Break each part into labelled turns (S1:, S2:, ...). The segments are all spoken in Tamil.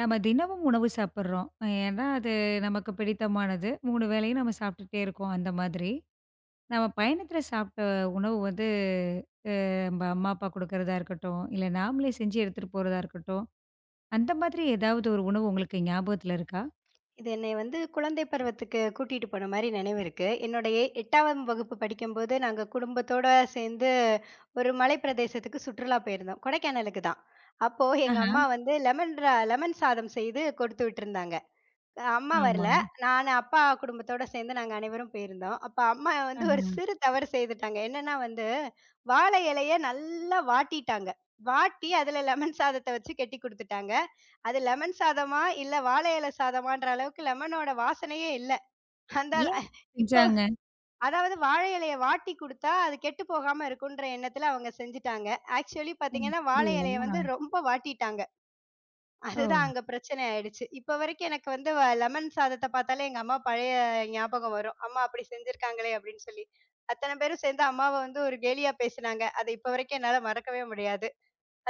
S1: நம்ம தினமும் உணவு சாப்பிடுறோம். ஏன்னா, அது நமக்கு பிடித்தமானது. 3 வேளையும் நம்ம சாப்பிட்டுட்டே இருக்கோம் அந்த மாதிரி. நம்ம பயணத்தில சாப்பிட்ட உணவு வந்து நம்ம அம்மா, அப்பா குடுக்கிறதா இருக்கட்டும், இல்ல நாமளே செஞ்சு எடுத்துட்டு போறதா இருக்கட்டும். அந்த மாதிரி ஏதாவது ஒரு உணவு உங்களுக்கு ஞாபகத்துல இருக்கா?
S2: இது என்னைய வந்து குழந்தை பருவத்துக்கு கூட்டிட்டு போன மாரி நினைவு இருக்கு. என்னுடைய 8ஆம் வகுப்பு படிக்கும்போது, நாங்க குடும்பத்தோட சேர்ந்து ஒரு மலைப்பிரதேசத்துக்கு சுற்றுலா போயிருந்தோம். கொடைக்கானலுக்கு தான். அப்போ எங்க
S1: ஆஹா.
S2: அம்மா வந்து லெமன் சாதம் செய்து கொடுத்து விட்டிருந்தாங்க. அம்மா
S1: ஆமா.
S2: வரல. நானு, அப்பா குடும்பத்தோட சேர்ந்து நாங்க அனைவரும் போயிருந்தோம். அப்ப அம்மா வந்து ஒரு
S1: ஆஹா.
S2: சிறு தவறு செய்துட்டாங்க. என்னன்னா வந்து, வாழை இலைய நல்லா வாட்டிட்டாங்க. வாட்டி அதுல லெமன் சாதத்த வச்சு கெட்டி குடுத்துட்டாங்க. அது லெமன் சாதமா, இல்ல வாழை இலை சாதமான்ற அளவுக்கு லெமனோட வாசனையே இல்ல. அந்த
S1: ஏன்?
S2: அ இப்போ
S1: செஞ்சாங்க.
S2: அதாவது வாழை இலைய வாட்டி குடுத்தா, அது கெட்டு போகாம இருக்குன்ற எண்ணத்துல அவங்க செஞ்சுட்டாங்க. ஆக்சுவலி பாத்தீங்கன்னா, வாழை
S1: அப்படியா?
S2: இலைய வந்து ரொம்ப வாட்டிட்டாங்க.
S1: ஓ!
S2: அதுதான் அங்க பிரச்சனை ஆயிடுச்சு. இப்ப வரைக்கும் எனக்கு வந்து லெமன் சாதத்த பார்த்தாலே எங்க அம்மா பழைய ஞாபகம் வரும். அம்மா அப்படி செஞ்சிருக்காங்களே அப்படின்னு சொல்லி. அத்தன பேரும் சேர்ந்து அம்மாவ வந்து ஒரு கேலியா பேசுனாங்க. அது இப்ப வரைக்கும் என்னால மறக்கவே முடியாது.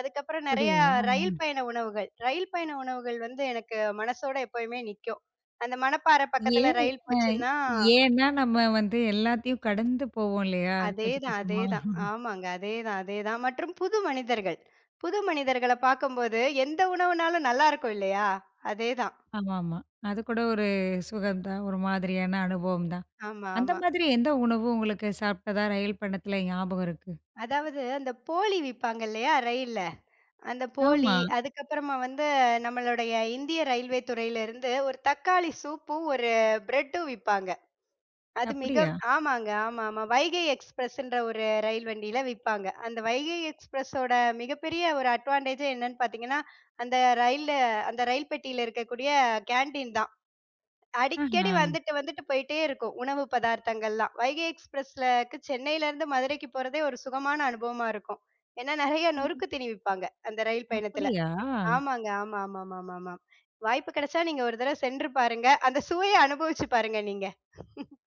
S2: அதுக்கப்புறம் நெறைய
S1: அப்படியா?
S2: ரயில் பயண உணவுகள். ரயில் பயண உணவுகள் வந்து எனக்கு மனசோட எப்பயுமே நிக்கும். அந்த மணப்பாறை பக்கத்துல
S1: ஏன்
S2: ரயில்
S1: அ
S2: போச்சுன்னா
S1: ஏன்னா நம்ம வந்து எல்லாத்தையும் கடந்து போவோம் இல்லையா? கொஞ்சம்
S2: அதேதான்,
S1: கொஞ்சமா.
S2: அதேதான். ஆமாங்க. அதேதான், அதேதான். மற்றும் புது மனிதர்கள். புது மனிதர்கள பார்க்கும்போது எந்த உணவுனாலும் நல்லா இருக்கும் இல்லையா? அதேதான்.
S1: ஆமாமா. அது கூட ஒரு சுகம் தான். ஒரு மாதிரியான அனுபவம் தான்.
S2: ஆமா,
S1: அந்த
S2: ஆமா.
S1: மாதிரி எந்த உணவு உங்களுக்கு சாப்பிட்டதா ரயில் பயணத்துல ஞாபகம் இருக்கு?
S2: அதாவது அந்த போளி விப்பாங்க இல்லையா ரயில்ல. அந்த போளி,
S1: ஆமா.
S2: அதுக்கப்புறமா வந்து நம்மளுடைய இந்திய ரயில்வே துறையில இருந்து ஒரு தக்காளி சூப்பும், ஒரு பிரெட்டும் விப்பாங்க. அது மிக
S1: அப்படியா?
S2: ஆமாங்க. ஆமா, ஆமா. வைகை எக்ஸ்பிரஸ்ன்ற ஒரு ரயில் வண்டியில விப்பாங்க. அந்த வைகை எக்ஸ்பிரஸோட மிகப்பெரிய ஒரு அட்வான்டேஜே என்னன்னு பார்த்தீங்கன்னா, அந்த ரயில்ல அந்த ரயில் பெட்டியில இருக்கக்கூடிய கேன்டீன் தான்.
S1: ஆஹா.
S2: அடிக்கடி வந்துட்டு போயிட்டே இருக்கும். உணவு பதார்த்தங்கள்லாம். வைகை எக்ஸ்பிரஸ்லக்கு சென்னையிலருந்து மதுரைக்கு போறதே ஒரு சுகமான அனுபவமா இருக்கும். ஏன்னா நெறைய நொறுக்கு தீனி விப்பாங்க, அந்த ரயில் பயணத்துல.
S1: அப்படியா?
S2: ஆமாங்க. ஆமா, ஆமாமாமாமாம். வாய்ப்பு கிடைச்சா நீங்க ஒரு தடவ சென்று பாருங்க. அந்த சுவைய அனுபவிச்சு பாருங்க நீங்க.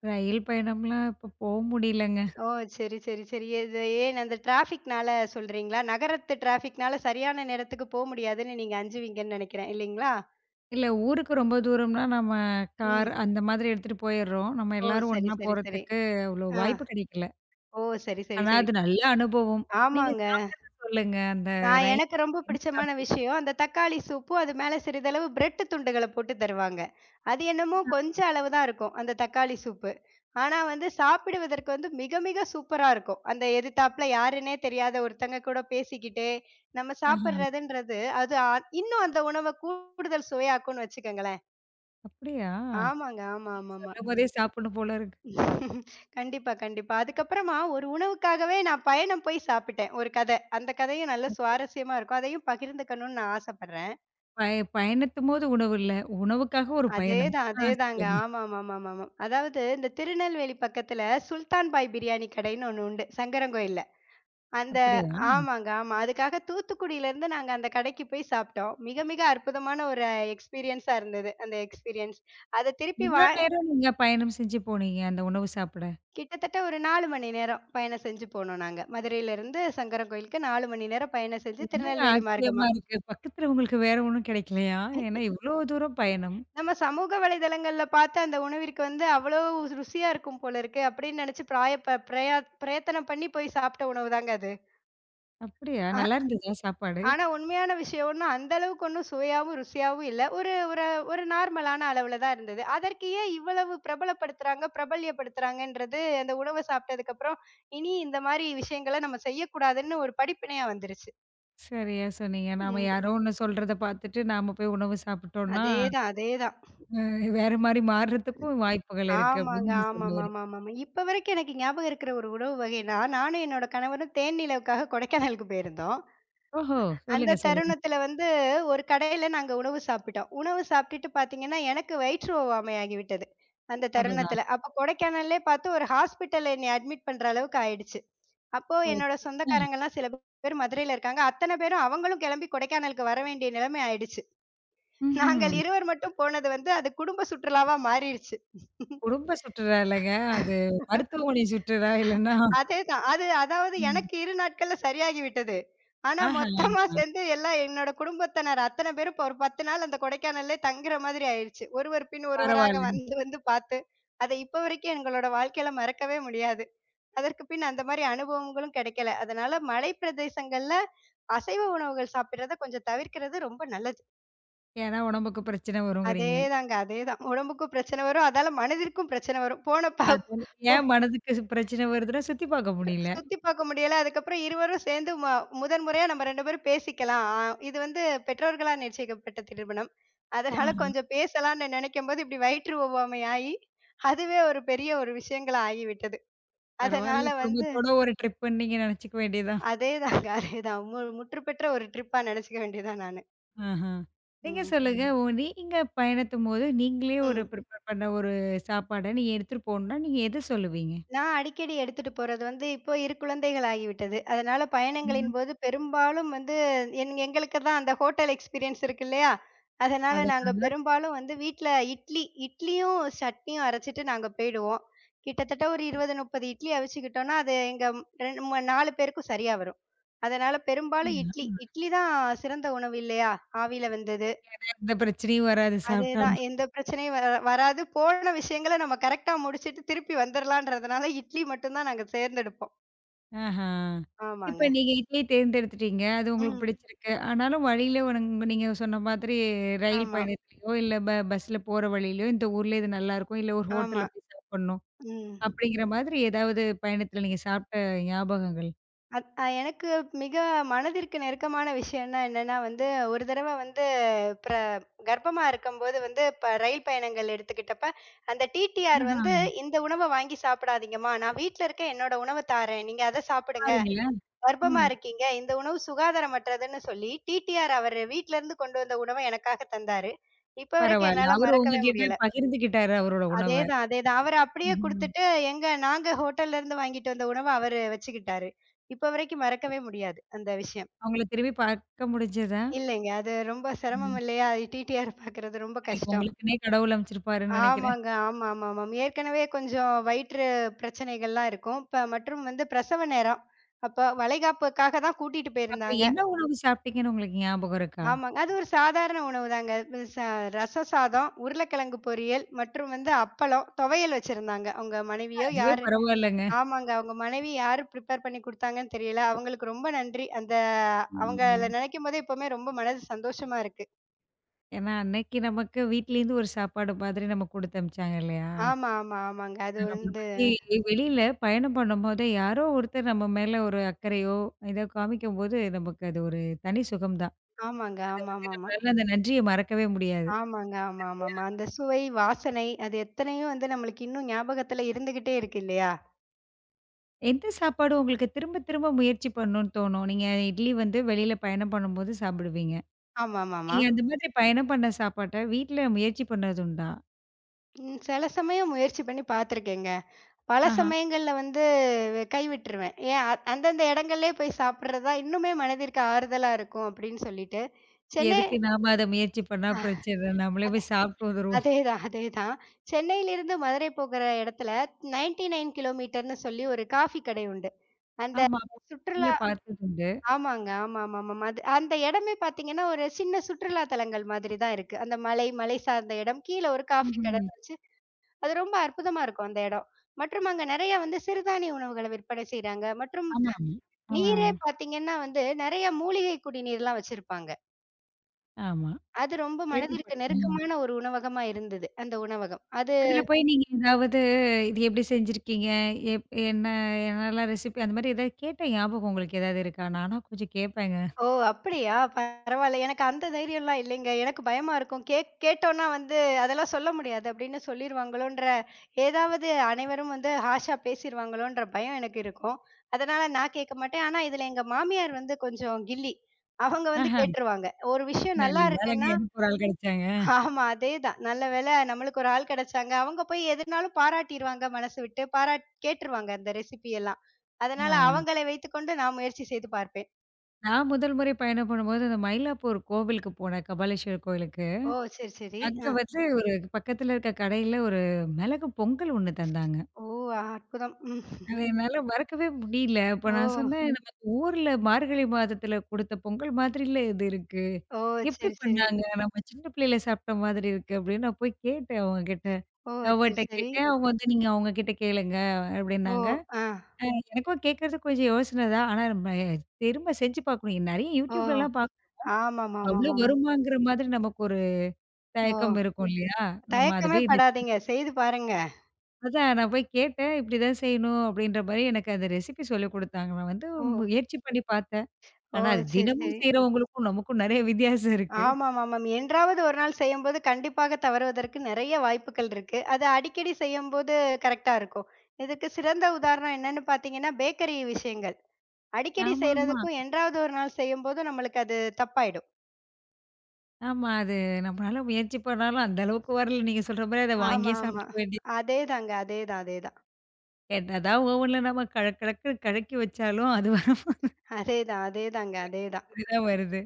S1: ரயில் பயணம்லாம் இப்ப போ முடியலங்க.
S2: ஓ! சரி, சரி, சரி. இது ஏன் அந்த டிராஃபிக்னால சொல்றீங்களா? நகரத்து டிராஃபிக்னால சரியான நேரத்துக்கு போ முடியாதுன்னு நீங்க அஞ்சுவீங்கன்னு நெனைக்கிறேன். இல்லீங்களா?
S1: இல்ல ஊருக்கு ரொம்ப தூரம்னா நம்ம கார்
S2: ம்.
S1: அந்த மாதிரி எடுத்துட்டு போயிர்றோம். நம்ம
S2: ஓ!
S1: எல்லாரும்
S2: சரி,
S1: ஒண்ணா
S2: சரி, சரி.
S1: போறதுக்கு அவ்வளோ
S2: ஆ.
S1: வாய்ப்பு கிடைக்கல.
S2: ஓ! சரி, சரி,
S1: ஆனா
S2: சரி.
S1: அது நல்ல அனுபவம். நீங்க
S2: ஆமாங்க.
S1: சாப்பிட்டத சொல்லுங்க. அந்த ரயில்ல
S2: எனக்கு ரொம்ப
S1: நீங்க என்ன
S2: பிடிச்சமான
S1: சாப்பிட்டீங்க?
S2: விஷயம், அந்த தக்காளி சூப்பும், அது மேல சிறிதளவு பிரெட் துண்டுகள போட்டு தருவாங்க. அது என்னமோ கொஞ்ச அளவு தான் இருக்கும், அந்த தக்காளி சூப்பு. ஆனா வந்து சாப்பிடுவதற்கு வந்து மிக மிக சூப்பரா இருக்கும். அந்த எதிர்த்தாப்புல யாருன்னே தெரியாத ஒருத்தங்க கூட பேசிக்கிட்டு, நம்ம
S1: ஆஹா.
S2: சாப்பிடுறதுன்றது, அது அ இன்னும் அந்த உணவ கூடுதல் சுவையாக்கும்னு வச்சுக்கங்களேன்.
S1: அப்படியா?
S2: ஆமாங்க. ஆமா,
S1: நீங்க
S2: ஆமாமா.
S1: சொல்லும்போதே சாப்பிடணும் போல இருக்கு.
S2: கண்டிப்பா, கண்டிப்பா. அதுக்கப்புறமா ஒரு உணவுக்காகவே நான் பயணம் போய் சாப்பிட்டேன். ஒரு கதை. அந்த கதையும் நல்ல சுவாரஸ்யமா இருக்கும். அதையும் பகிர்ந்துக்கணும்னு நான் ஆசைப்படுறேன்.
S1: பயணத்தும்போது உணவு இல்ல. உணவுக்காக ஒரு பயணம்.
S2: அதேதான்,
S1: ஆ
S2: அதேதாங்க.
S1: சொல்லுங்க.
S2: ஆமாமாமாமாமா. அதாவது இந்த திருநெல்வேலி பக்கத்துல சுல்தான் பாய் பிரியாணி கடைன்னு ஒண்ணு உண்டு, சங்கரன்கோயில்ல. அந்த
S1: அப்படியா?
S2: ஆமாங்க, ஆமா. அதுக்காக தூத்துக்குடியிலருந்து நாங்க அந்த கடைக்கு போய் சாப்பிட்டோம். மிக மிக அற்புதமான ஒரு எக்ஸ்பீரியன்ஸா இருந்தது, அந்த எக்ஸ்பீரியன்ஸ். அத திருப்பி
S1: எவ்வளோ
S2: வா
S1: நேரம் நீங்க பயணம் செஞ்சு போனீங்க அந்த உணவு சாப்பிட?
S2: கிட்டத்தட்ட ஒரு 4 மணி நேரம் பயணம் செஞ்சு போனோம் நாங்க. மதுரையிலிருந்து சங்கரன் கோயிலுக்கு 4 மணி நேரம் பயணம் செஞ்சு
S1: என்னங்க
S2: திருநெல்வேலி
S1: ஆச்சரியமா
S2: மார்க்கமா.
S1: இருக்கு. பக்கத்துல உங்களுக்கு வேற ஒண்ணும் கிடைக்கலையா? ஏன்னா இவ்வளோ தூரம் பயணம்.
S2: நம்ம சமூக வலைதளங்கள்ல பார்த்து அந்த உணவிற்கு வந்து அவ்வளோ ருசியா இருக்கும் போல இருக்கு அப்படின்னு நினைச்சு பிராய ப பிரயா பிரயத்தனம் பண்ணி போய் சாப்பிட்ட உணவு தாங்க அது.
S1: அப்படியா?
S2: ஆ
S1: நல்லா இருந்ததா சாப்பாடு?
S2: ஆனா உண்மையான விஷயம் ஒண்ணும் அந்த அளவுக்கு ஒண்ணும் சுவையாவும், ருசியாவும் இல்ல. ஒரு ஒரு ஒரு நார்மலான அளவுல தான் இருந்தது. அதற்கு ஏன் இவ்வளவு பிரபலப்படுத்துறாங்க, பிரபல்யப்படுத்துறாங்கன்றது அந்த உணவ சாப்பிட்டதுக்கு அப்புறம், இனி இந்த மாரி விஷயங்கள நம்ம செய்யக்கூடாதுன்னு ஒரு படிப்பினையா வந்துருச்சு.
S1: சரியா சொன்னீங்க. நாம
S2: ம்.
S1: யாரோ ஒண்ணு சொல்றத பார்த்துட்டு நாம போய் உணவு சாப்பிட்டோம்னா,
S2: அதேதான், அதேதான்.
S1: அ வேற மாரி மாறுறதுக்கும் வாய்ப்புகள் இருக்கு அப்படின்னு
S2: ஆமாங்க.
S1: நீங்க சொல்ல வரீங்க.
S2: ஆமாமாமாமாமா. இப்ப வரைக்கும் எனக்கு ஞாபகம் இருக்கிற ஒரு உணவு வகைன்னா, நானும் என்னோட கணவரும் தேன்நிலவுக்காக கொடைக்கானலுக்கு போயிருந்தோம்.
S1: ஓஹோ!
S2: அந்த
S1: சொல்லுங்க, சொல்லுங்க.
S2: தருணத்தில வந்து ஒரு கடையில நாங்க உணவு சாப்பிட்டோம். உணவு சாப்பிட்டுட்டு பார்த்தீங்கன்னா, எனக்கு வயிற்று ஒவ்வாமை ஆகிவிட்டது. அந்த
S1: அடடா!
S2: தருணத்தில. அப்ப கொடைக்கானல்லே பார்த்து ஒரு ஹாஸ்பிட்டல்ல என்னைய அட்மிட் பண்ற அளவுக்கு ஆயிடுச்சு. அப்போ என்னோட
S1: போச்சு. ம்.
S2: சொந்தக்காரங்கலாம் சில பேர் மதுரையில இருக்காங்க. அத்தன பேரும் அவங்களும் கிளம்பி கொடைக்கானலுக்கு வர வேண்டிய நிலைமை ஆயிடுச்சு.
S1: ம்ஹ்ம்.
S2: நாங்கள் இருவர் மட்டும் போனது வந்து, அது குடும்ப சுற்றுலாவா மாறிருச்சு.
S1: குடும்ப சுற்றுலா இல்லங்க. அது மருத்துவமனை சுற்றுலா இல்லன்னா
S2: அதேதான். அது அதாவது
S1: ம்.
S2: எனக்கு 2 நாட்கள்ல சரியாகி விட்டது. ஆனா
S1: ஆஹா!
S2: மொத்தமா சேர்ந்து எல்லாம் என்னோட குடும்பத்தினர் அத்தன பேரும் இப்ப ஒரு 10 நாள் அந்த கொடைக்கானல்லே தங்குற மாதிரி ஆயிருச்சு. ஒருவர் பின் ஒருவராக
S1: பரவால்ல.
S2: வந்து வந்து பார்த்து, அத இப்ப வரைக்கும் எங்களோட வாழ்க்கையில மறக்கவே முடியாது. அதற்கு பின் அந்த மாரி அனுபவங்களும் கிடைக்கல. அதனால மலை பிரதேசங்கள்ல அசைவ உணவுகள் சாப்பிடுறத கொஞ்சம் தவிர்க்கிறது ரொம்ப நல்லது.
S1: ஏன்னா உடம்புக்கு பிரச்சனை வருங்கிறீங்க.
S2: அதேதாங்க, அதேதான். உடம்புக்கும் பிரச்சனை வரும். அதால மனதிற்கும் பிரச்சனை வரும். போன ப
S1: அதுல
S2: போ
S1: ஏன் மனதுக்கு ஸ் பிரச்சனை வருதுன்னா சுத்தி பார்க்க முடியல.
S2: சுத்தி பார்க்க முடியல. அதுக்கப்புறம் இருவரும் சேர்ந்து முதன் முறையா நம்ம 2 பேரும் பேசிக்கலாம். இது வந்து பெற்றோர்களால் நிச்சயிக்கப்பட்ட திருமணம். அதனால
S1: ஆஹா.
S2: கொஞ்சம் பேசலாம்னு நினைக்கும்போது, இப்படி வயிற்று ஒவ்வாமை ஆயி, அதுவே ஒரு பெரிய விஷயங்களா ஆகிவிட்டது. அதனால
S1: பரவால்ல
S2: வந்து
S1: குடும்பத்தோட ஒரு ட்ரிப்புன்னு நீங்க நெனச்சுக்க வேண்டியதான்.
S2: அதேதாங்க, அதேதான். முற்றுப்பெற்ற ஒரு ட்ரிப்பா நினைச்சுக்க வேண்டியதுதான் நானு.
S1: ஆஹா. நீங்க
S2: ம்.
S1: சொல்லுங்க ஓ நீங்க பயணித்தும்போது நீங்களே ஒரு
S2: ம்.
S1: ப்ரிப்பேர் பண்ண ஒரு சாப்பாட நீங்க எடுத்துட்டு போணும்னா நீங்க எத சொல்லுவீங்க?
S2: நான் அடிக்கடி எடுத்துட்டு போறது வந்து, இப்போ இரு குழந்தைகள் ஆகிவிட்டது. அதனால பயணங்களின்
S1: ம்.
S2: போது பெரும்பாலும் வந்து எங்களுக்கு தான் அந்த ஹோட்டல் எக்ஸ்பீரியன்ஸ் இருக்கு இல்லையா? அதனால
S1: அது
S2: நாங்க
S1: நல்லா
S2: பெரும்பாலும் வந்து வீட்ல இட்லியும், சட்னியும் அரைச்சுட்டு நாங்க போயிடுவோம். கிட்டத்தட்ட ஒரு 20, 30 இட்லி அவிச்சுக்கிட்டோம்னா, அது எங்க 2 ம 4 பேருக்கும் சரியா வரும். அதனால பெரும்பாலும் இட்லி.
S1: இருக்கு.
S2: இட்லி தான் சிறந்த உணவு இல்லையா? ஆவியில வெந்தது.
S1: ஆ, எந்த பிரச்சனையும் வராது சாப்ட்டா.
S2: அதேதான். எந்த பிரச்சனையும் வ வராது. போன விஷயங்கள நம்ம கரெக்ட்டா முடிச்சுட்டு திருப்பி வந்துரலான்றதுனால இட்லி மட்டும் தான் நாங்க தேர்ந்தெடுப்போம்.
S1: ஆஹா!
S2: ஆமாங்க.
S1: இப்ப நீங்க இதையே தேர்ந்தெடுத்துட்டீங்க. அது உங்களுக்கு
S2: ம்.
S1: பிடிச்சிருக்கு. ஆனாலும் வழியில உனங் நீங்க சொன்ன மாதிரி ரயில்
S2: ஆமா,
S1: பயணத்திலயோ, இல்ல பஸ்ல போற வழியிலயோ இந்த ஊர்ல இது நல்லாயிருக்கும். இல்ல ஒரு
S2: ஆமா.
S1: ஹோட்டல்ல போய் சாப்பிடணும்.
S2: ம்.
S1: அப்படிங்கிற மாதிரி ஏதாவது பயணத்துல நீங்க சாப்பிட்ட ஞாபகங்கள்?
S2: அத் அ எனக்கு மிக மனதிற்கு நெருக்கமான விஷயம்னா என்னன்னா வந்து, ஒரு தடவ வந்து பிர கர்ப்பமா இருக்கும்போது வந்து இப்ப ரயில் பயணங்கள் எடுத்துக்கிட்டப்ப, அந்த டிடிஆர்
S1: ஆஹா!
S2: வந்து "இந்த உணவ வாங்கி சாப்பிடாதீங்கம்மா, நான் வீட்ல இருக்க என்னோட உணவ தாரேன். நீங்க அத சாப்பிடுங்க."
S1: பாருங்களேன்.
S2: கர்ப்பமா
S1: ம்.
S2: இருக்கீங்க. இந்த உணவு சுகாதாரமற்றதுன்னு சொல்லி, டிடிஆர் அவரு வீட்லருந்து கொண்டு வந்த உணவ எனக்காக தந்தாரு. இப்ப வரைக்கும்
S1: பரவால்ல.
S2: என்னால
S1: அவரு
S2: மறக்கவே
S1: உங்ககிட்ட
S2: முடியல.
S1: பகிர்ந்துக்கிட்டாரு அவரோட உணவ.
S2: அதேதான், அதேதான். அவரு அப்படியே
S1: ம்ஹ்ம்.
S2: குடுத்துட்டு, நாங்க ஹோட்டல்லருந்து வாங்கிட்டு வந்த உணவ அவரு வச்சுக்கிட்டாரு. இப்ப வரைக்கும் மறக்கவே முடியாது, அந்த விஷயம்.
S1: அவங்கள திரும்பி பார்க்க முடிஞ்சதா?
S2: இல்லைங்க. அது ரொம்ப சிரமம்
S1: ம்.
S2: இல்லையா? டிடிஆர் பாக்குறது ரொம்ப
S1: அன்னைக்கு
S2: கஷ்டம்.
S1: உங்களுக்குன்னே கடவுள் அமைச்சிருப்பாருன்னு நெனைக்கிறேன்.
S2: ஆமாங்க. ஆமா, ஆமாமாம். ஏற்கனவே கொஞ்சம் வயிற்று பிரச்சனைகள்லாம் இருக்கும். இப்ப மற்றும் வந்து பிரசவ நேரம். அப்ப வளைகாப்புக்காக தான் கூட்டிட்டு
S1: அப்ப
S2: போயிருந்தாங்க.
S1: என்ன உணவு சாப்பிட்டீங்கன்னு உங்களுக்கு ஞாபகம் இருக்கா?
S2: ஆமாங்க. அது ஒரு சாதாரண உணவுதாங்க. இது ச ரசம் சாதம், உருளைக்கிழங்கு பொரியல் மற்றும் வந்து அப்பளம், துவையல் வச்சிருந்தாங்க. அவங்க மனைவியோ
S1: அதுவே
S2: யாரு
S1: பரவால்லங்க.
S2: ஆமாங்க. அவங்க மனைவி யாரு பிரிப்பேர் பண்ணி குடுத்தாங்கன்னு தெரியல. அவங்களுக்கு ரொம்ப நன்றி. அந்த அவங்கள
S1: ம்.
S2: நினைக்கும்போதே எப்பவுமே ரொம்ப மனது சந்தோஷமா இருக்கு.
S1: ஏன்னா, அன்னைக்கு நமக்கு வீட்லேருந்து ஒரு சாப்பாடு மாதிரி நமக்கு குடுத்து அனுப்பிச்சாங்க இல்லையா?
S2: ஆமா, ஆமா, ஆமாங்க. அது
S1: ஏன்னா நம்மள
S2: வந்து
S1: பத்தி வெளியில பயணம் பண்ணும்போது யாரோ ஒருத்தர் நம்ம மேல ஒரு அக்கறையோ, ஏதோ காமிக்கும்போது நமக்கு அது ஒரு தனி சுகம் தான்.
S2: ஆமாங்க.
S1: அது
S2: ஆமாமாமா.
S1: நம்மளால அந்த நன்றிய மறக்கவே முடியாது.
S2: ஆமாங்க. ஆமா, ஆமாமா. அந்த சுவை, வாசனை அது எத்தனையோ வந்து நம்மளுக்கு இன்னும் ஞாபகத்துல இருந்துகிட்டே இருக்கு இல்லையா?
S1: எந்த சாப்பாடு உங்களுக்கு திரும்ப திரும்ப முயற்சி பண்ணணும்னு தோணும்? நீங்க இட்லி வந்து வெளியில பயணம் பண்ணும்போது சாப்பிடுவீங்க.
S2: ஆமாமாமா.
S1: நீங்க அந்த மாதிரி பயணம் பண்ண சாப்பாட்ட வீட்ல முயற்சி பண்ணதுண்டா?
S2: ம். சில சமயம் முயற்சி பண்ணி பார்த்துருக்கேங்க. பல
S1: ஆஹா.
S2: சமயங்கள்ல வந்து கைவிட்டுருவேன். ஏன் அ அந்தந்த இடங்கள்லயே போய் சாப்பிடுறது தான் இன்னுமே மனதிற்கு ஆறுதலா இருக்கும் அப்படின்னு சொல்லிட்டு, சென்னை
S1: எதுக்கு நாம அத முயற்சி பண்ணா
S2: அ
S1: பிரச்சனை. நம்மளே
S2: அதே
S1: போய் சாப்பிட்டு வந்துருவோம்.
S2: அதேதான், அதேதான். சென்னையிலிருந்து மதுரை போகிற இடத்துல 99 கிலோமீட்டர்ன்னு சொல்லி ஒரு காஃபி கடை உண்டு. அந்த
S1: ஆமா. நீங்க
S2: சுற்றுலா
S1: பார்த்ததுண்டா?
S2: ஆமாங்க. ஆமாமாமாமா. அது அந்த இடமே பார்த்தீங்கன்னா, ஒரு சின்ன சுற்றுலா தலங்கள் மாதிரி தான் இருக்கு. அந்த மலை, மலை சார்ந்த இடம். கீழ ஒரு காஃபி கடை
S1: ம்ஹ்ம்.
S2: வச்சு அது ரொம்ப அற்புதமா இருக்கும் அந்த இடம். மற்றும் அங்க நெறைய வந்து சிறுதானிய உணவுகள விற்பனை செய்றாங்க. மற்றும் ம்.
S1: ஆமா, ஆமா. ஆ.
S2: நீரே பார்த்தீங்கன்னா வந்து நெறைய மூலிகை குடிநீர்லாம் வச்சிருப்பாங்க.
S1: ஆமா.
S2: அது ரொம்ப ம். மனதிற்கு
S1: கேள்விப்பட்டேன். ம்.
S2: நெருக்கமான ஒரு உணவகமா இருந்தது, அந்த உணவகம். அது
S1: அதுல போய் நீங்க ஏதாவது இது எப்படி செஞ்சிருக்கீங்க? எப் என்ன என்னலாம் ரெசிபி அந்த மாரி ஏதாவது கேட்ட ஞாபகம் உங்களுக்கு ஏதாவது இருக்கா? நானா கொஞ்சம் கேட்பேங்க.
S2: ஓ! அப்படியா? பரவால்ல. எனக்கு அந்த தைரியம்லாம் இல்லைங்க. எனக்கு பயமா இருக்கும். கேட்டோம்னா வந்து, "அதெல்லாம் சொல்ல முடியாது" அப்படின்னு சொல்லிருவாங்களோன்ற, ஏதாவது அனைவரும் வந்து ஹார்ஷா பேசிருவாங்களோன்ற பயம் எனக்கு இருக்கும். அதனால நான் கேட்க மாட்டேன். ஆனா இதுல எங்க மாமியார் வந்து கொஞ்சம் கில்லி. அவங்க வந்து
S1: ஆஹா.
S2: கேட்டுருவாங்க. ஒரு விஷயம்
S1: நல்ல
S2: நல்லா
S1: வேலைங்க
S2: இருக்குன்னா
S1: எனக்கு ஒரு ஆள் கிடைச்சாங்க.
S2: ஆமா அதேதான். நல்ல வேளை நம்மளுக்கு ஒரு ஆள் கிடைச்சாங்க. அவங்க போய் எதுனாலும் பாராட்டிருவாங்க மனசு விட்டு. கேட்டுருவாங்க அந்த ரெசிபி எல்லாம்.
S1: ஆ.
S2: அதனால அவங்களை வைத்துக்கொண்டு நான் முயற்சி செய்து பார்ப்பேன்.
S1: நான் முதல் முறை பயணம் பண்ணும்போது அந்த மயிலாப்பூர் கோவிலுக்கு போனேன். கபாலீஸ்வரர் கோவிலுக்கு.
S2: ஓ! சரி, சரி.
S1: அங்க
S2: அ.
S1: வந்து ஒரு பக்கத்துல இருக்க கடையில ஒரு மிளகு பொங்கல் ஒண்ணு தந்தாங்க.
S2: ஓ! அற்புதம். ம்.
S1: அது என்னால மறக்கவே முடியல. அப்ப
S2: ஓ!
S1: நான் சொன்னேன், ம். "நமக்கு ஊர்ல மார்கழி மாதத்துல குடுத்த பொங்கல் மாதிரில்ல இது இருக்கு.
S2: ஓ!
S1: எப்படி
S2: சரி, சரி.
S1: பண்ணாங்க? நம்ம சின்ன பிள்ளையில சாப்பிட்ட மாதிரி இருக்கு." அப்படின்னு நான் போய் கேட்டேன் அவங்ககிட்ட.
S2: ஓ! சரி,
S1: அவட்ட
S2: சரி.
S1: கேட்டேன். அவங்க வந்து, "நீங்க அவங்க கிட்ட கேளுங்க."
S2: ஓ!
S1: அப்படின்னாங்க.
S2: ஆ.
S1: எனக்கும் கேட்கறதுக்கு கொஞ்சம் யோசனை தான். ஆனா நம்ம திரும்ப செஞ்சு பார்க்கணும். நெறைய
S2: ஓ!
S1: YouTubeலலாம் பார்க்க அவ்ளோ
S2: ஆமாமாமாமாமா.
S1: வருமாங்கிற மாதிரி நமக்கு ஒரு
S2: ஓ!
S1: தயக்கம் இருக்கும் இல்லையா? நம்ம அது
S2: தயக்கமே
S1: போய் ரெசிபி
S2: படாதீங்க. செய்து பாருங்க.
S1: அதான் நான் போய் கேட்டேன். இப்படிதான் செய்யணும் அப்படின்ற மாரி எனக்கு அந்த ரெசிபி சொல்லிக் குடுத்தாங்க. நான் வந்து
S2: ஓ!
S1: முயற்சி பண்ணி பார்த்தேன்.
S2: ஓ!
S1: ஆனா, அது
S2: சரி,
S1: தினமும்
S2: சரி.
S1: செய்றவங்களுக்கும் நமக்கும் நெறைய வித்தியாசம் இருக்கு.
S2: ஆமாமாமாம். என்றாவது ஒரு நாள் செய்யும்போது கண்டிப்பாக தவறுவதற்கு நெறைய வாய்ப்புகள் இருக்கு. அது அடிக்கடி செய்யும்போது கரெக்ட்டா இருக்கும். இதுக்கு சிறந்த உதாரணம் என்னன்னு பார்த்தீங்கன்னா, பேக்கரி விஷயங்கள். அடிக்கடி
S1: ஆமாமா.
S2: செய்றதுக்கும், என்றாவது ஒரு நாள் செய்யும்போது நம்மளுக்கு அது தப்பாயிடும்.
S1: ஆமா. அது நம்மளால முயற்சி பண்ணாலும் அந்த அளவுக்கு வரல. நீங்க சொல்ற மாரி அத
S2: ஆமா,
S1: வாங்கியே
S2: ஆமா.
S1: சாப்பிட்டுக்க வேண்டியது.
S2: அதேதாங்க. அதேதான், அதேதான்.
S1: என்னதான் ஓவன்ல நம்ம கழக் கழக்குன்னு கழக்கி வச்சாலும் அது வர
S2: அதேதான், அதேதாங்க, அதேதான்.
S1: மாரி தான் வருது.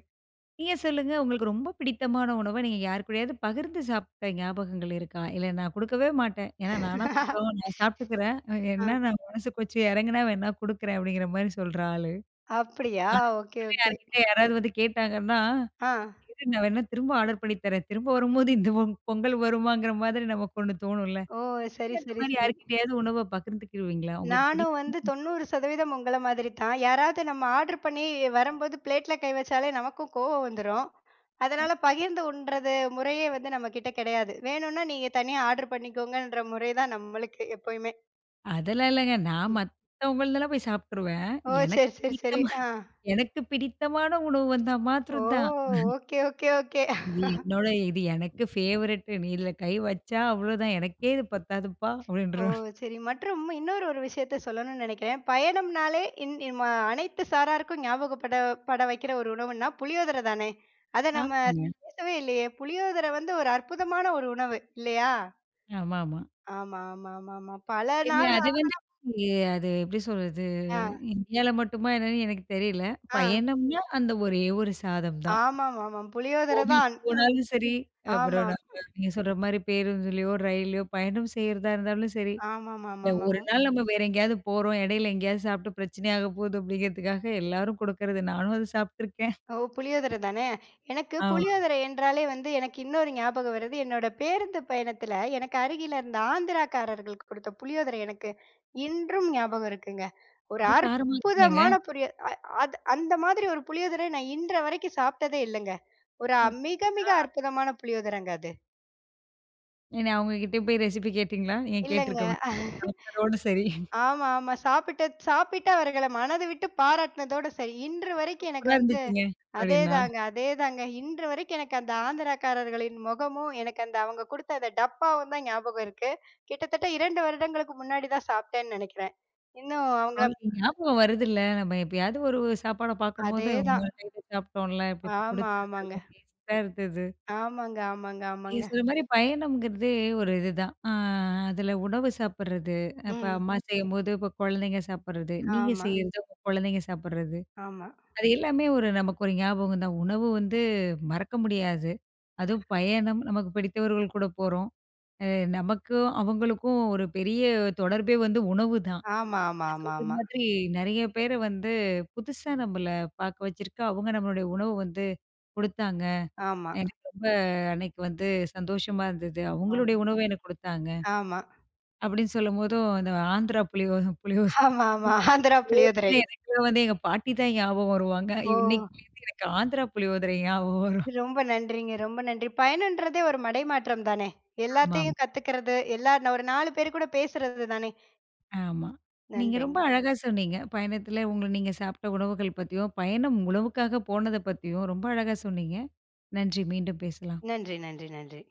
S1: நீங்க சொல்லுங்க உங்களுக்கு ரொம்ப பிடித்தமான உணவ நீங்க யார் கூடயாவது பகிர்ந்து சாப்பிட்ட ஞாபகங்கள் இருக்கா? இல்ல நான் குடுக்கவே மாட்டேன். ஏன்னா நானா கொஞ்சம் நான் சாப்பிட்டுக்கிறேன்.
S2: ஆ,
S1: என்ன நான் மனசு கொஞ்சம் இறங்குனா வேணா குடுக்குறேன் அப்படிங்கிற மாரி சொல்ற ஆளு.
S2: அப்படியா?
S1: ஆனா,
S2: ஓகே,
S1: உங்கள
S2: ஓகே.
S1: யார்கிட்ட யாராவது வந்து கேட்டாங்கன்னா,
S2: ஆ.
S1: இரு நான் வேணா திரும்ப ஆர்டர் பண்ணி தரேன். திரும்ப வரும்போது இந்த பொங்கல் வருமாங்கிற மாதிரி நமக்கு ஒண்ணு தோணும்ல.
S2: ஓ! சரி,
S1: நீங்க அந்த
S2: சரி,
S1: மாரி
S2: சரி.
S1: யார்கிட்டயாவது உணவ பகிர்ந்துக்கிருவீங்களா? உங்களுக்கு
S2: நானும்
S1: பிடிக்கும்
S2: வந்து 90% உங்கள மாதிரி தான். யாராவது நம்ம ஆர்டர் பண்ணி வரும்போது பிளேட்ல கை வச்சாலே நமக்கும் கோவம் வந்துரும். அதனால பகிர்ந்து உண்றது முறையே வந்து நம்மகிட்ட கிடையாது. வேணும்னா நீங்க தனியா ஆர்டர் பண்ணிக்கோங்கன்ற முறை தான் நம்மளுக்கு எப்பயுமே.
S1: அதெல்லாம் இல்லங்க. நான் மத்தவங்களதெல்லாம் போய் சாப்ட்டுருவேன்.
S2: ஓ!
S1: எனக்கு
S2: சரி, சரி, சரி.
S1: பிடித்தமா
S2: ஆ.
S1: எனக்கு பிடித்தமான உணவு வந்தா
S2: ஓ!
S1: மாத்திரம் தான்.
S2: Okay, okay, okay.
S1: இது என்னோட இது எனக்கு ஃபேவரட். நீ இதுல கை வச்சா அவ்வளோதான். எனக்கே இது பத்தாதுப்பா!
S2: ஓ!
S1: அப்படின்ருவேன்.
S2: சரி. மற்றும் இன்னொரு விஷயத்த சொல்லணும்னு நெனைக்கிறேன். பயணம்னாலே இன் இன் ம அனைத்து சாராருக்கும் பட வைக்கிற ஒரு உணவுன்னா புளியோதரை தானே! அத நம்ம
S1: ஆமாங்க.
S2: பேசவே இல்லையே! புளியோதரை வந்து ஒரு அற்புதமான ஒரு உணவு இல்லையா?
S1: ஆமாமா.
S2: ஆமா, ஆமா, ஆமா, ஆமா. பல
S1: இல்ல
S2: நாள்
S1: அது வந்து எ அது எப்படி சொல்றது?
S2: ஆ,
S1: இந்தியால மட்டுமா என்னன்னு எனக்கு தெரியல.
S2: ஆ.
S1: பயணம்னா அந்த ஒரே ஒரு சாதம் தான்.
S2: ஆமாமாமாம். புளியோதரை
S1: கோவிலுக்கு
S2: தான்.
S1: போனாலும் சரி, அப்புறம்
S2: ஆமாம்.
S1: நம்ம நீங்க சொல்ற மாரி பேருந்துலயோ, ரயில்லயோ பயணம் செய்யறதா இருந்தாலும் சரி, இல்ல ஒரு
S2: ஆமாமாமாமா.
S1: நாள் நம்ம வேற எங்கேயாவது போறோம், இடையில எங்கேயாவது சாப்பிட்டு பிரச்சனை ஆக போகுது அப்படிங்கிறதுக்காக எல்லாரும் குடுக்கறது. நானும் அது சாப்பிட்டுருக்கேன்.
S2: ஓ! புளியோதர தானே. எனக்கு
S1: ஆமா.
S2: புளியோதரை என்றாலே வந்து எனக்கு இன்னொரு ஞாபகம் வருது. என்னோட பேருந்து பயணத்துல எனக்கு அருகில இருந்த ஆந்திராக்காரர்களுக்கு குடுத்த புளியோதரை எனக்கு இன்றும் ஞாபகம் இருக்குங்க. ஒரு
S1: ரொம்ப காரமா இருக்குமேங்க.
S2: அற்புதமான புளியோ அ அது அந்த மாதிரி ஒரு புளியோதரை நான் இன்ற வரைக்கும் சாப்பிட்டதே இல்லங்க. ஒரு அ-
S1: அப்
S2: மிக மிக அற்புதமான புளியோதரைங்க அது.
S1: என்ன அவங்ககிட்ட போய் ரெசிபி கேட்டீங்களா? நீங்க
S2: இல்லங்க.
S1: கேட்டுருக்க மாட்டீங்க. சாப்பிட்டதோட சரி.
S2: ஆமா, ஆமா. சாப்பிட்டு அவர்கள மனது விட்டு பாராட்டுனதோட சரி. இன்று வரைக்கும் எனக்கு
S1: சூப்பரா
S2: வந்து
S1: இருந்துச்சுங்க. அப்படின்னா
S2: அதேதாங்க, அதேதாங்க. இன்று வரைக்கும் எனக்கு அந்த ஆந்திராக்காரர்களின் முகமும், எனக்கு அந்த அவங்க குடுத்த அந்த டப்பாவும் தான் ஞாபகம் இருக்கு. கிட்டத்தட்ட 2 வருடங்களுக்கு முன்னாடி தான் சாப்பிட்டேன்னு நெனைக்கிறேன். இன்னும் அவங்கள
S1: அவங்களுக்கு ஞாபகம் வருதுல்ல. நம்ம எப்பயாவது ஒரு சாப்பாட பார்க்கும்போது, உங்க
S2: அதேதான்.
S1: கையில சாப்பிட்டோம்ல, இப்படி
S2: ஆமா,
S1: குடுத்தாங்கல்ல,
S2: ஆமாங்க.
S1: டேஸ்ட்டா இருந்தது.
S2: ஆமாங்க, ஆமாங்க,
S1: நீங்க
S2: ஆமாங்க.
S1: சொல்ற மாரி பயணம்ங்கிறதே ஒரு இதுதான். அதில உணவு சாப்பிடுறது, இப்ப
S2: ம்.
S1: அம்மா செய்யும்போது, இப்ப குழந்தைங்க சாப்பிடுறது, நீங்க
S2: ஆமா,
S1: செய்யறது, உங்க குழந்தைங்க சாப்பிடுறது.
S2: ஆமா.
S1: அது எல்லாமே ஒரு நமக்கு ஒரு ஞாபகம் தான். உணவு வந்து மறக்க முடியாது. அதுவும் பயணம், நமக்கு பிடித்தவர்கள் கூட போறோம். அ நமக்கும் அவங்களுக்கும் ஒரு பெரிய தொடர்பே வந்து உணவு தான்.
S2: ஆமா, ஆமா,
S1: சொல்ற
S2: ஆமா,
S1: மாதிரி நெறைய பேரு வந்து புதுசா நம்மள பாக்க வச்சிருக்கு. அவங்க நம்மளுடைய உணவு வந்து குடுத்தாங்க.
S2: ஆமா. ஆமா,
S1: எனக்கு ரொம்ப அன்னைக்கு வந்து சந்தோஷமா இருந்தது. அவங்களுடைய
S2: ஆமா,
S1: உணவு எனக்கு குடுத்தாங்க.
S2: ஆமா, ஆமா,
S1: அப்படின்னு சொல்லும்போதும் அந்த ஆந்திரா புளியோ புளியோதரை
S2: ஆமா, ஆமா.
S1: இது
S2: ஆந்திரா
S1: வந்து
S2: புளியோதரை.
S1: எனக்குலாம் வந்து எங்க பாட்டி தான் ஞாபகம் வருவாங்க.
S2: ஓ!
S1: இன்னைக்குலேருந்து எனக்கு ஆந்திரா புளியோதரை ஞாபகம் வரும்.
S2: ரொம்ப நன்றிங்க. ரொம்ப நன்றி. பயணம்ன்றதே ஒரு மடைமாற்றம் தானே!
S1: ஆமாமா,
S2: எல்லாத்தையும் கத்துக்கிறது, எல்லா ஒரு 4 பேர் கூட பேசுறது தானே!
S1: ஆமா. ஆமா. நீங்க
S2: நன்றிங்க.
S1: ரொம்ப அழகா சொன்னீங்க. பயணத்துல உங்கள நீங்க சாப்பிட்ட உணவுகள் பத்தியும், பயணம் உணவுக்காக போனத பத்தியும் ரொம்ப அழகா சொன்னீங்க. நன்றி. மீண்டும் பேசலாம்.
S2: நன்றி, நன்றி, நன்றி.